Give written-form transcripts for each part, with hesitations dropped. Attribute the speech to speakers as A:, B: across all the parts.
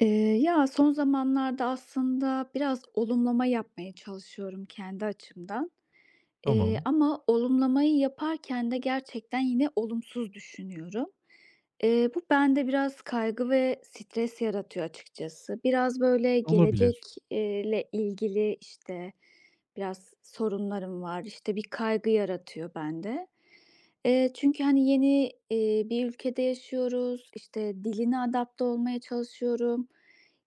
A: Son zamanlarda aslında biraz olumlama yapmaya çalışıyorum kendi açımdan.
B: Tamam,
A: Ama olumlamayı yaparken de gerçekten yine olumsuz düşünüyorum. Bu bende biraz kaygı ve stres yaratıyor açıkçası. Biraz böyle
B: olabilir.
A: gelecekle ilgili işte biraz sorunlarım var. İşte bir kaygı yaratıyor bende. Çünkü hani yeni bir ülkede yaşıyoruz. İşte diline adapte olmaya çalışıyorum.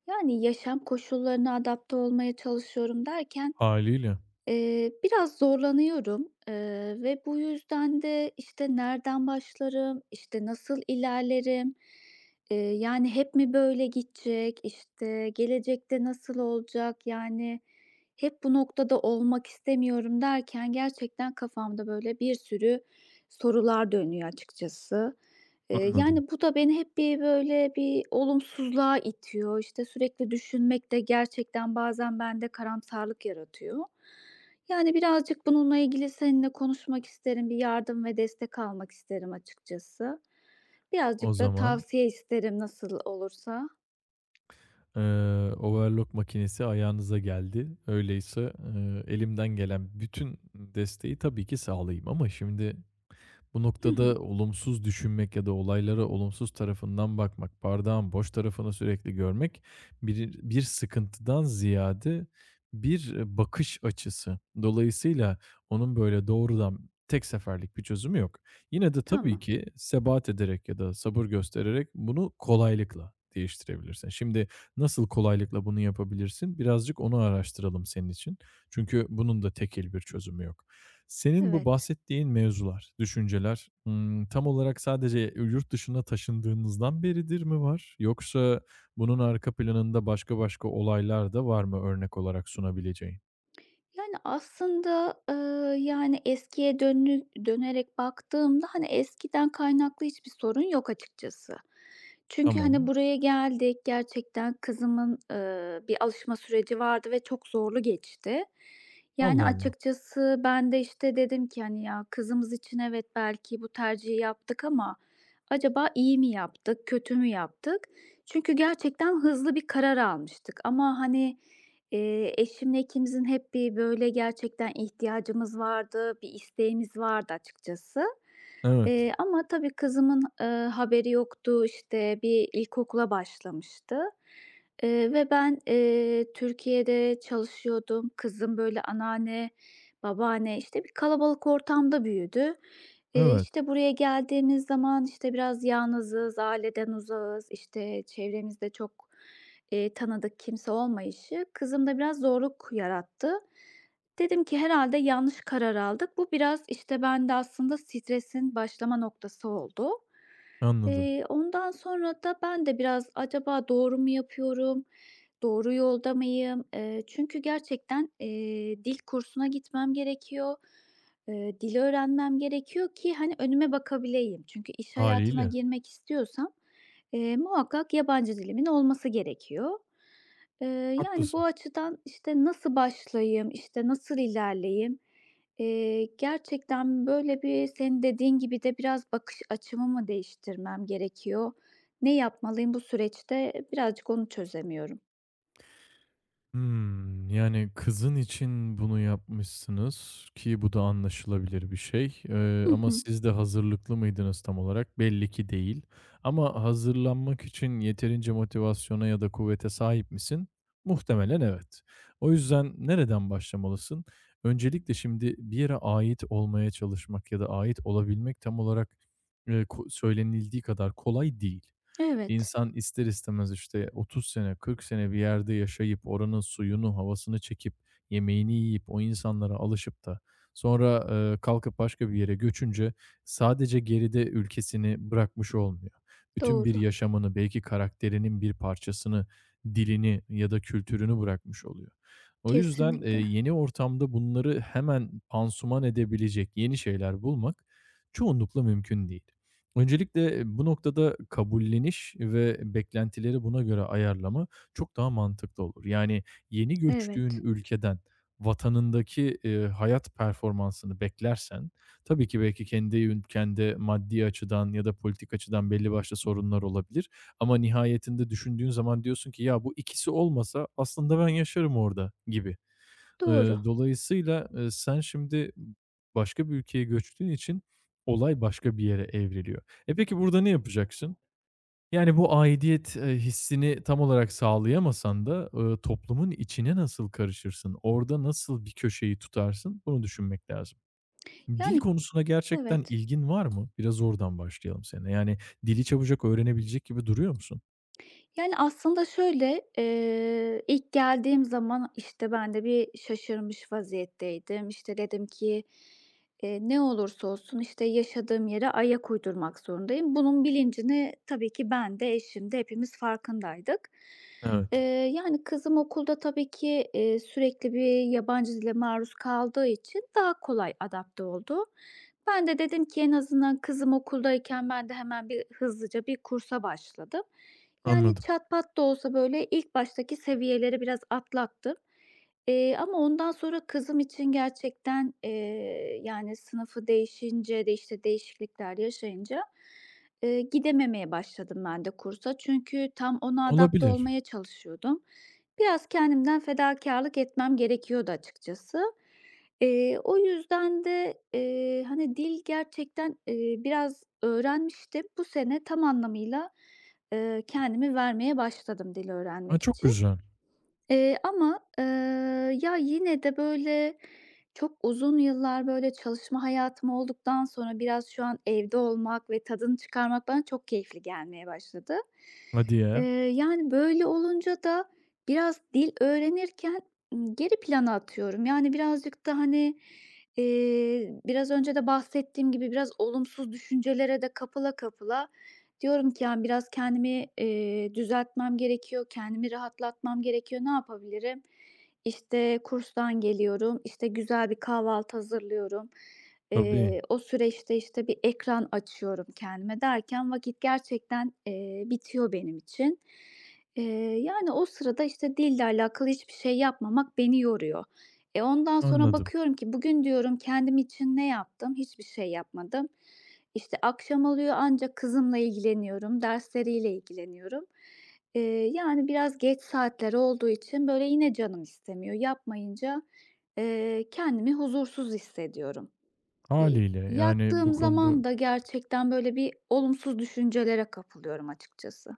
A: Yani yaşam koşullarına adapte olmaya çalışıyorum derken
B: Hâliyle,
A: Biraz zorlanıyorum, ve bu yüzden de, işte, nereden başlarım, işte, nasıl ilerlerim, yani, hep mi böyle gidecek, işte, gelecekte nasıl olacak, yani, hep bu noktada olmak istemiyorum derken gerçekten kafamda böyle bir sürü sorular dönüyor açıkçası.
B: anladım.
A: Yani, bu da beni hep bir, böyle, bir olumsuzluğa itiyor. İşte, sürekli düşünmek de gerçekten bazen bende karamsarlık yaratıyor. Yani, birazcık bununla ilgili seninle konuşmak isterim, bir yardım ve destek almak isterim açıkçası.
B: O
A: Birazcık da
B: zaman,
A: tavsiye isterim nasıl olursa.
B: eee, overlock makinesi ayağınıza geldi. Öyleyse, elimden gelen bütün desteği tabii ki sağlayayım ama şimdi bu
A: Hı hı.
B: noktada olumsuz düşünmek ya da olaylara olumsuz tarafından bakmak, bardağın boş tarafını sürekli görmek bir sıkıntıdan ziyade bir e, bakış açısı. Dolayısıyla onun böyle doğrudan tek seferlik bir çözümü yok. Yine de tabii
A: Tamam,
B: ki sebat ederek ya da sabır göstererek bunu kolaylıkla değiştirebilirsin. Şimdi nasıl kolaylıkla bunu yapabilirsin? Birazcık onu araştıralım senin için. Çünkü bunun da tekil bir çözümü yok. Senin bu
A: evet.
B: bahsettiğin mevzular, düşünceler, tam olarak sadece yurt dışına taşındığınızdan beridir mi var? Yoksa bunun arka planında başka olaylar da var mı örnek olarak sunabileceğin?
A: Yani, aslında, yani, eskiye dönerek baktığımda, hani, eskiden kaynaklı hiçbir sorun yok açıkçası. Çünkü, hani,
B: Tamam.
A: buraya geldik, gerçekten kızımın, bir alışma süreci vardı ve çok zorlu geçti. Yani,
B: Allah Allah.
A: açıkçası ben de, işte, dedim ki, hani, "Ya, kızımız için evet, belki bu tercihi yaptık ama acaba iyi mi yaptık, kötü mü yaptık?" Çünkü gerçekten hızlı bir karar almıştık ama, hani, eşimle ikimizin hep bir, böyle, gerçekten ihtiyacımız vardı, bir isteğimiz vardı açıkçası.
B: Evet,
A: Ama tabii kızımın, haberi yoktu. İşte bir ilkokula başlamıştı, ve ben, Türkiye'de çalışıyordum. Kızım, böyle, anneanne, babaanne, işte, bir kalabalık ortamda büyüdü.
B: evet,
A: İşte, buraya geldiğimiz zaman, işte, biraz yalnızız, aileden uzağız, işte, çevremizde çok tanıdık kimse olmayışı kızımda biraz zorluk yarattı. Dedim ki herhalde yanlış karar aldık. Bu biraz, işte, bende aslında stresin başlama noktası oldu.
B: anladım.
A: Ondan sonra da ben de biraz acaba doğru mu yapıyorum, doğru yolda mıyım? Çünkü gerçekten, dil kursuna gitmem gerekiyor. Dili öğrenmem gerekiyor ki, hani, önüme bakabileyim. Çünkü iş hayatına
B: Hâliyle.
A: girmek istiyorsam muhakkak yabancı dilimin olması gerekiyor. Eee, Yani, bu
B: Haklısın.
A: açıdan, işte, nasıl başlayayım, işte, nasıl ilerleyeyim? Gerçekten, böyle, bir senin dediğin gibi de biraz bakış açımı mı değiştirmem gerekiyor? Ne yapmalıyım bu süreçte? Birazcık onu çözemiyorum.
B: Hımm. Yani, kızın için bunu yapmışsınız ki bu da anlaşılabilir bir şey,
A: Hı
B: ama
A: hı.
B: siz de hazırlıklı mıydınız tam olarak? Belli ki değil. Ama hazırlanmak için yeterince motivasyona ya da kuvvete sahip misin? Muhtemelen evet. O yüzden nereden başlamalısın? Öncelikle şimdi bir yere ait olmaya çalışmak ya da ait olabilmek tam olarak, ko söylenildiği kadar kolay değil.
A: Evet,
B: İnsan ister istemez işte 30 sene, 40 sene bir yerde yaşayıp oranın suyunu, havasını çekip, yemeğini yiyip o insanlara alışıp da sonra, kalkıp başka bir yere göçünce sadece geride ülkesini bırakmış olmuyor. Bütün bir
A: doğru.
B: yaşamını, belki karakterinin bir parçasını, dilini ya da kültürünü bırakmış oluyor. O yüzden,
A: Kesinlikle.
B: yeni ortamda bunları hemen pansuman edebilecek yeni şeyler bulmak çoğunlukla mümkün değil. Öncelikle e, bu noktada kabulleniş ve beklentileri buna göre ayarlama çok daha mantıklı olur. Yani yeni göçtüğün
A: Evet,
B: ülkeden vatanındaki, hayat performansını beklersen, tabii ki belki kendi ülkende maddi açıdan ya da politik açıdan belli başlı sorunlar olabilir ama nihayetinde düşündüğün zaman diyorsun ki, "Ya, bu ikisi olmasa aslında ben yaşarım orada." gibi.
A: doğru.
B: Dolayısıyla, sen şimdi başka bir ülkeye göçtüğün için olay başka bir yere evriliyor. E, peki burada ne yapacaksın? Yani bu aidiyet, hissini tam olarak sağlayamasan da, toplumun içine nasıl karışırsın? Orada nasıl bir köşeyi tutarsın? Bunu düşünmek lazım. Dil
A: Yani.
B: konusuna gerçekten
A: Evet.
B: ilgin var mı? Biraz oradan başlayalım seninle. Yani dili çabucak öğrenebilecek gibi duruyor musun?
A: Yani, aslında şöyle, ilk geldiğim zaman, işte, ben de bir şaşırmış vaziyetteydim. İşte, dedim ki, ne olursa olsun, işte, yaşadığım yere ayak uydurmak zorundayım. Bunun bilincini tabii ki ben de eşim de hepimiz farkındaydık. Eee,
B: Evet,
A: yani, kızım okulda tabii ki, sürekli bir yabancı dile maruz kaldığı için daha kolay adapte oldu. Ben de dedim ki en azından kızım okuldayken ben de hemen bir hızlıca bir kursa başladım. Yani,
B: anladım.
A: çat pat da olsa, böyle, ilk baştaki seviyeleri biraz atlattım. Ama ondan sonra kızım için gerçekten, yani, sınıfı değişince de, işte, değişiklikler yaşayınca, gidememeye başladım ben de kursa. Çünkü tam ona adapte
B: Olabilir.
A: olmaya çalışıyordum. Biraz kendimden fedakarlık etmem gerekiyordu açıkçası. O yüzden de, hani, dil gerçekten, biraz öğrenmiştim. Bu sene tam anlamıyla kendimi vermeye başladım dil
B: A,
A: öğrenmek
B: çok
A: için.
B: güzel.
A: Ama yine de böyle, çok uzun yıllar, böyle, çalışma hayatım olduktan sonra biraz şu an evde olmak ve tadını çıkarmak bana çok keyifli gelmeye başladı.
B: Hadi
A: Eee,
B: ya.
A: Yani, böyle olunca da biraz dil öğrenirken, geri plana atıyorum. Yani, birazcık da, hani, biraz önce de bahsettiğim gibi biraz olumsuz düşüncelere de kapıla kapıla diyorum ki, yani, biraz kendimi, düzeltmem gerekiyor, kendimi rahatlatmam gerekiyor, ne yapabilirim? İşte, kurstan geliyorum, işte, güzel bir kahvaltı hazırlıyorum.
B: Tabii,
A: O süreçte, işte, bir ekran açıyorum kendime derken vakit gerçekten, bitiyor benim için. Eee, Yani, o sırada, işte, dille alakalı hiçbir şey yapmamak beni yoruyor. E, ondan sonra
B: anladım.
A: bakıyorum ki bugün diyorum kendim için ne yaptım? Hiçbir şey yapmadım. İşte, akşam oluyor ancak kızımla ilgileniyorum, dersleriyle ilgileniyorum. Yani, biraz geç saatler olduğu için, böyle, yine canım istemiyor. Yapmayınca, kendimi huzursuz hissediyorum.
B: Hâliyle, yani,
A: Yattığım
B: bu konuda,
A: zaman da gerçekten, böyle, bir olumsuz düşüncelere kapılıyorum açıkçası.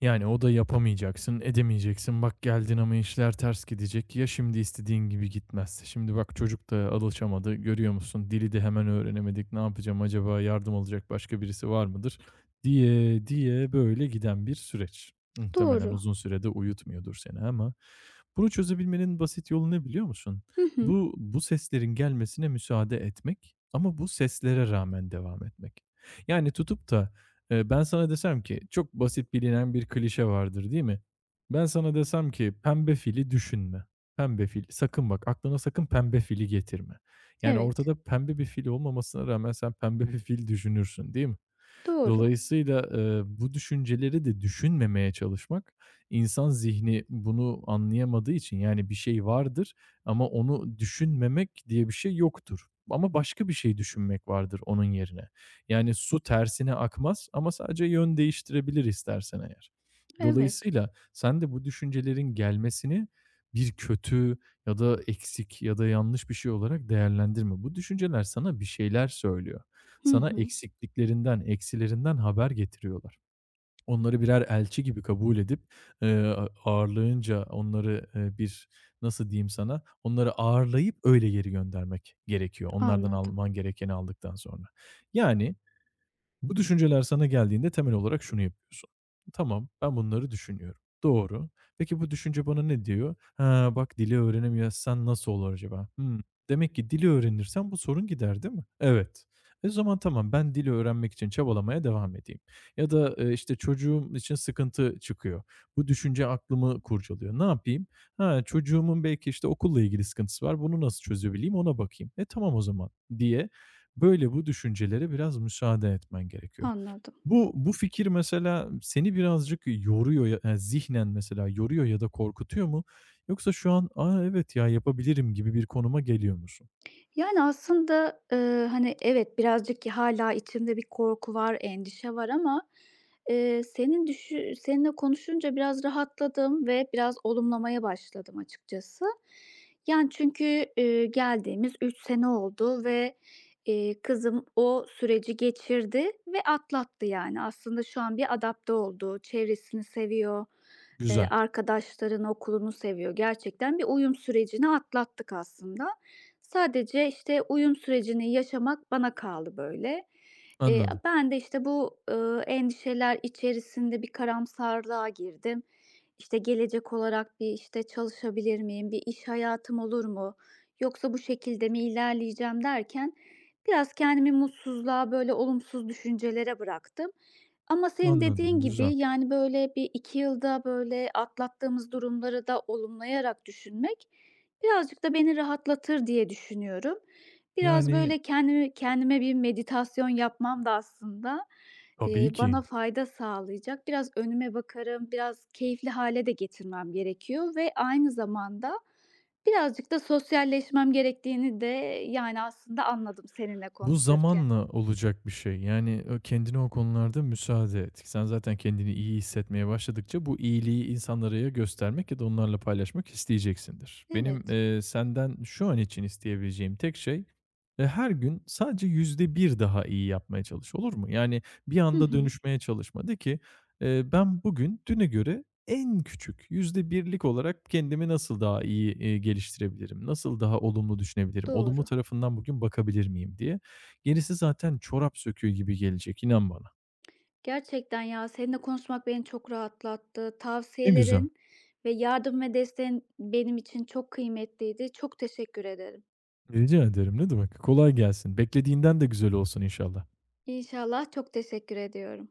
B: yani, o da yapamayacaksın, edemeyeceksin. Bak geldin ama işler ters gidecek. Ya şimdi istediğin gibi gitmezse? Şimdi bak çocuk da alışamadı. Görüyor musun? Dili de hemen öğrenemedik. Ne yapacağım acaba? Yardım alacak başka birisi var mıdır? Diye, diye böyle giden bir süreç. Muhtemelen
A: Doğru.
B: uzun sürede uyutmuyordur seni ama bunu çözebilmenin basit yolu ne biliyor musun?
A: Hı hı.
B: Bu seslerin gelmesine müsaade etmek ama bu seslere rağmen devam etmek. Yani tutup da ben sana desem ki çok basit bilinen bir klişe vardır, değil mi? Ben sana desem ki pembe fili düşünme. Pembe fil, sakın bak aklına sakın pembe fili getirme. Yani
A: Evet.
B: ortada pembe bir fil olmamasına rağmen sen pembe bir fil düşünürsün, değil mi?
A: Doğru.
B: Dolayısıyla, bu düşünceleri de düşünmemeye çalışmak, insan zihni bunu anlayamadığı için, yani bir şey vardır ama onu düşünmemek diye bir şey yoktur ama başka bir şey düşünmek vardır onun yerine. Yani su tersine akmaz ama sadece yön değiştirebilir istersen eğer.
A: Evet.
B: Dolayısıyla sen de bu düşüncelerin gelmesini bir kötü ya da eksik ya da yanlış bir şey olarak değerlendirme. Bu düşünceler sana bir şeyler söylüyor,
A: Hı
B: sana
A: hı.
B: eksikliklerinden, eksilerinden haber getiriyorlar. Onları birer elçi gibi kabul edip, eee, ağırlayınca onları, bir nasıl diyeyim sana, onları ağırlayıp öyle geri göndermek gerekiyor onlardan
A: Anladım,
B: alman gerekeni aldıktan sonra. Yani, bu düşünceler sana geldiğinde temel olarak şunu yapıyorsun. Tamam, ben bunları düşünüyorum. Doğru. Peki bu düşünce bana ne diyor? Ha, bak dili öğrenemezsen nasıl olur acaba? Hmm, demek ki dili öğrenirsem bu sorun gider değil mi? Evet. E zaman tamam ben dili öğrenmek için çabalamaya devam edeyim. Ya da e, işte çocuğum için sıkıntı çıkıyor. Bu düşünce aklımı kurcalıyor. Ne yapayım? Ha, çocuğumun belki işte okulla ilgili sıkıntısı var. Bunu nasıl çözebileyim ona bakayım. E tamam o zaman diye. Böyle bu düşüncelere biraz müsaade etmen gerekiyor.
A: anladım.
B: Bu fikir mesela seni birazcık yoruyor ya zihnen mesela yoruyor ya da korkutuyor mu? Yoksa şu an, "A, evet ya, yapabilirim." gibi bir konuma geliyor musun?
A: Yani, aslında, hani, evet, birazcık hâlâ içimde bir korku var, endişe var ama, senin seninle konuşunca biraz rahatladım ve biraz olumlamaya başladım açıkçası. Yani, çünkü, geldiğimiz 3 sene oldu ve, kızım o süreci geçirdi ve atlattı, yani. Aslında şu an bir adapte oldu, çevresini seviyor,
B: Güzel,
A: arkadaşlarını, okulunu seviyor. Gerçekten bir uyum sürecini atlattık aslında. Sadece, işte, uyum sürecini yaşamak bana kaldı, böyle.
B: anladım,
A: Ben de, işte, bu, endişeler içerisinde bir karamsarlığa girdim. İşte, gelecek olarak bir, işte, çalışabilir miyim, bir iş hayatım olur mu, yoksa bu şekilde mi ilerleyeceğim derken biraz kendimi mutsuzluğa, böyle, olumsuz düşüncelere bıraktım. Ama senin dediğin
B: anladım,
A: gibi,
B: güzel.
A: yani, böyle, bir 2 yılda, böyle, atlattığımız durumları da olumlayarak düşünmek. Birazcık da beni rahatlatır diye düşünüyorum. Biraz
B: Yani
A: böyle kendimi kendime bir meditasyon yapmam da aslında,
B: tabii ki.
A: bana fayda sağlayacak. Biraz önüme bakarım, biraz keyifli hale de getirmem gerekiyor ve aynı zamanda birazcık da sosyalleşmem gerektiğini de, yani, aslında anladım seninle
B: Bu
A: konuşurken.
B: zamanla olacak bir şey. Yani, kendine o konularda müsaade et. Sen zaten kendini iyi hissetmeye başladıkça bu iyiliği insanlara ya göstermek ya da onlarla paylaşmak isteyeceksindir. Benim,
A: Evet.
B: senden şu an için isteyebileceğim tek şey, her gün sadece %1 daha iyi yapmaya çalış, olur mu? Yani, bir
A: Hı
B: anda
A: hı.
B: dönüşmeye çalışma. De ki, ben bugün düne göre en küçük %1'lik olarak kendimi nasıl daha iyi, geliştirebilirim? Nasıl daha olumlu düşünebilirim? Olumlu
A: Doğru.
B: tarafından bugün bakabilir miyim diye. Gerisi zaten çorap söküğü gibi gelecek, inan bana.
A: Gerçekten ya, seninle konuşmak beni çok rahatlattı.
B: Ne güzel.
A: Tavsiyelerin ve yardım ve desteğin benim için çok kıymetliydi. Çok teşekkür ederim.
B: Rica ederim. Ne demek. Kolay gelsin. Beklediğinden de güzel olsun inşallah.
A: İnşallah, çok teşekkür ediyorum.